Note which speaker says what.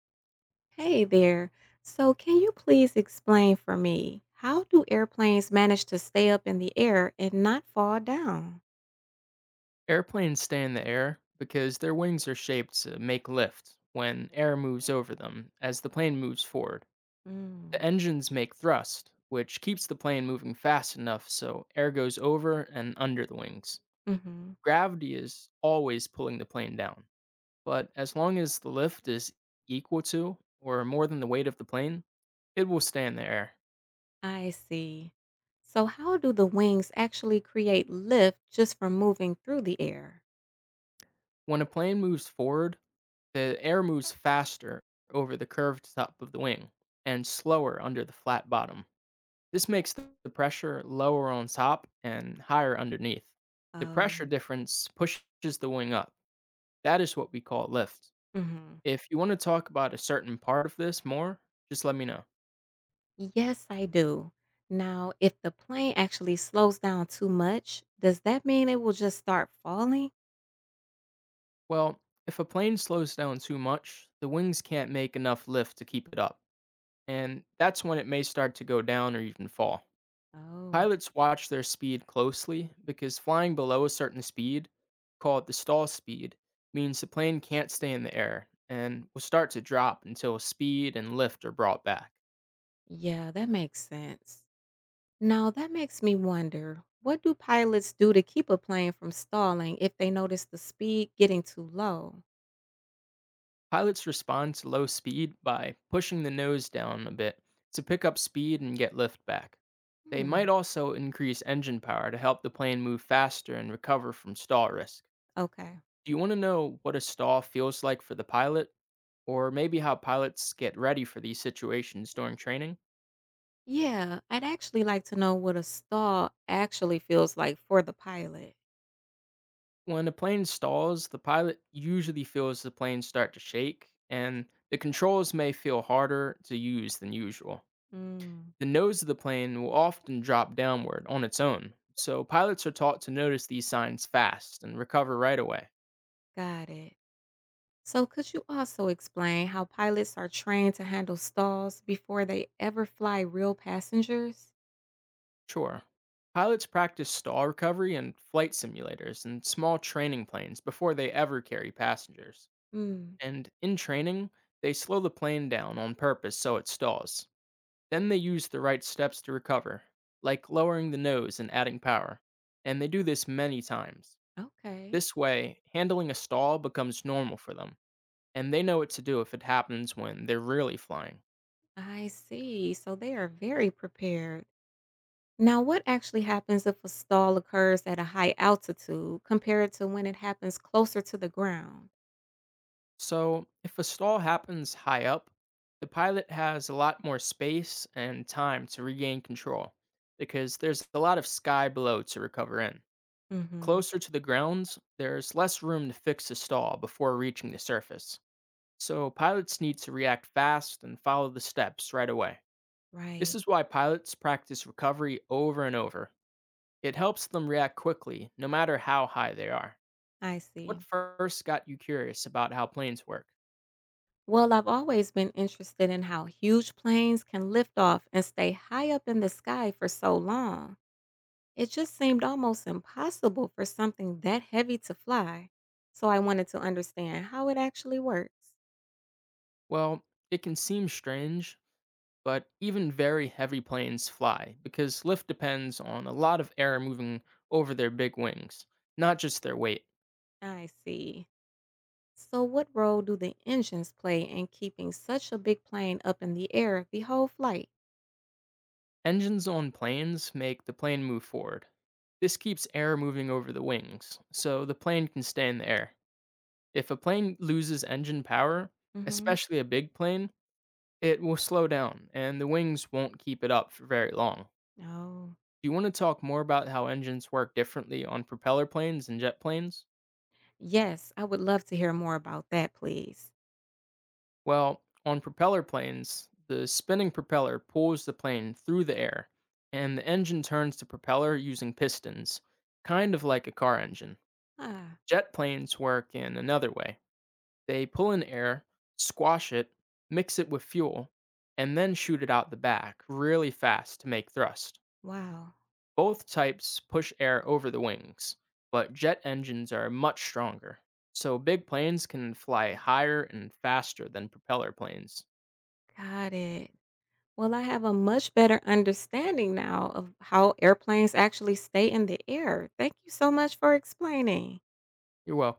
Speaker 1: Hey there. So, can you please explain for me how do airplanes manage to stay up in the air and not fall down?
Speaker 2: Airplanes stay in the air because their wings are shaped to make lift when air moves over them as the plane moves forward. The
Speaker 1: Mm,
Speaker 2: engines make thrust, which keeps the plane moving fast enough so air goes over and under the wings.
Speaker 1: hmm,
Speaker 2: Gravity is always pulling the plane down, but as long as the lift is equal to or more than the weight of the plane, it will stay in the air.
Speaker 1: I see. So, how do the wings actually create lift just from moving through the air?
Speaker 2: When a plane moves forward, the air moves faster over the curved top of the wing and slower under the flat bottom. This makes the pressure lower on top and higher underneath. The
Speaker 1: Oh,
Speaker 2: pressure difference pushes the wing up. That is what we call lift.
Speaker 1: hmm,
Speaker 2: If you want to talk about a certain part of this more, just let me know.
Speaker 1: yes, I do. Now, if the plane actually slows down too much, does that mean it will just start falling?
Speaker 2: Well, if a plane slows down too much, the wings can't make enough lift to keep it up, and that's when it may start to go down or even fall.
Speaker 1: Oh,
Speaker 2: Pilots watch their speed closely because flying below a certain speed, called the stall speed, means the plane can't stay in the air and will start to drop until speed and lift are brought back.
Speaker 1: yeah, that makes sense. Now that makes me wonder, what do pilots do to keep a plane from stalling if they notice the speed getting too low?
Speaker 2: Pilots respond to low speed by pushing the nose down a bit to pick up speed and get lift back. They
Speaker 1: Hmm.
Speaker 2: might also increase engine power to help the plane move faster and recover from stall risk.
Speaker 1: Okay.
Speaker 2: Do you want to know what a stall feels like for the pilot? Or maybe how pilots get ready for these situations during training?
Speaker 1: Yeah, I'd actually like to know what a stall actually feels like for the pilot.
Speaker 2: When a plane stalls, the pilot usually feels the plane start to shake, and the controls may feel harder to use than usual.
Speaker 1: Mm,
Speaker 2: The nose of the plane will often drop downward on its own, so pilots are taught to notice these signs fast and recover right away.
Speaker 1: got it. So could you also explain how pilots are trained to handle stalls before they ever fly real passengers?
Speaker 2: Sure. Pilots practice stall recovery in flight simulators and small training planes before they ever carry passengers.
Speaker 1: Hmm.
Speaker 2: And in training, they slow the plane down on purpose so it stalls. Then they use the right steps to recover, like lowering the nose and adding power. And they do this many times.
Speaker 1: Okay.
Speaker 2: This way, handling a stall becomes normal for them, and they know what to do if it happens when they're really flying.
Speaker 1: I see. So they are very prepared. Now, what actually happens if a stall occurs at a high altitude compared to when it happens closer to the ground?
Speaker 2: So, if a stall happens high up, the pilot has a lot more space and time to regain control because there's a lot of sky below to recover in.
Speaker 1: Mhm.
Speaker 2: Closer to the grounds, there's less room to fix the stall before reaching the surface, so pilots need to react fast and follow the steps right away. This
Speaker 1: Right.
Speaker 2: is why pilots practice recovery over and over. It helps them react quickly, no matter how high they are.
Speaker 1: I
Speaker 2: What
Speaker 1: see.
Speaker 2: first got you curious about how planes work?
Speaker 1: Well, I've always been interested in how huge planes can lift off and stay high up in the sky for so long. It just seemed almost impossible for something that heavy to fly. So I wanted to understand how it actually works.
Speaker 2: Well, it can seem strange, but even very heavy planes fly because lift depends on a lot of air moving over their big wings, not just their weight.
Speaker 1: I see. So, what role do the engines play in keeping such a big plane up in the air the whole flight?
Speaker 2: Engines on planes make the plane move forward. This keeps air moving over the wings, so the plane can stay in the air. If a plane loses engine power,
Speaker 1: Hmm.
Speaker 2: especially a big plane, it will slow down and the wings won't keep it up for very long.
Speaker 1: Oh,
Speaker 2: Do you want to talk more about how engines work differently on propeller planes and jet planes?
Speaker 1: yes, I would love to hear more about that, please.
Speaker 2: Well, on propeller planes, the spinning propeller pulls the plane through the air, and the engine turns the propeller using pistons, kind of like a car engine.
Speaker 1: Ah,
Speaker 2: Jet planes work in another way. They pull in air, squash it, mix it with fuel, and then shoot it out the back really fast to make thrust.
Speaker 1: wow,
Speaker 2: Both types push air over the wings, but jet engines are much stronger. So big planes can fly higher and faster than propeller planes.
Speaker 1: got it. Well, I have a much better understanding now of how airplanes actually stay in the air. Thank you so much for explaining.
Speaker 2: You're welcome.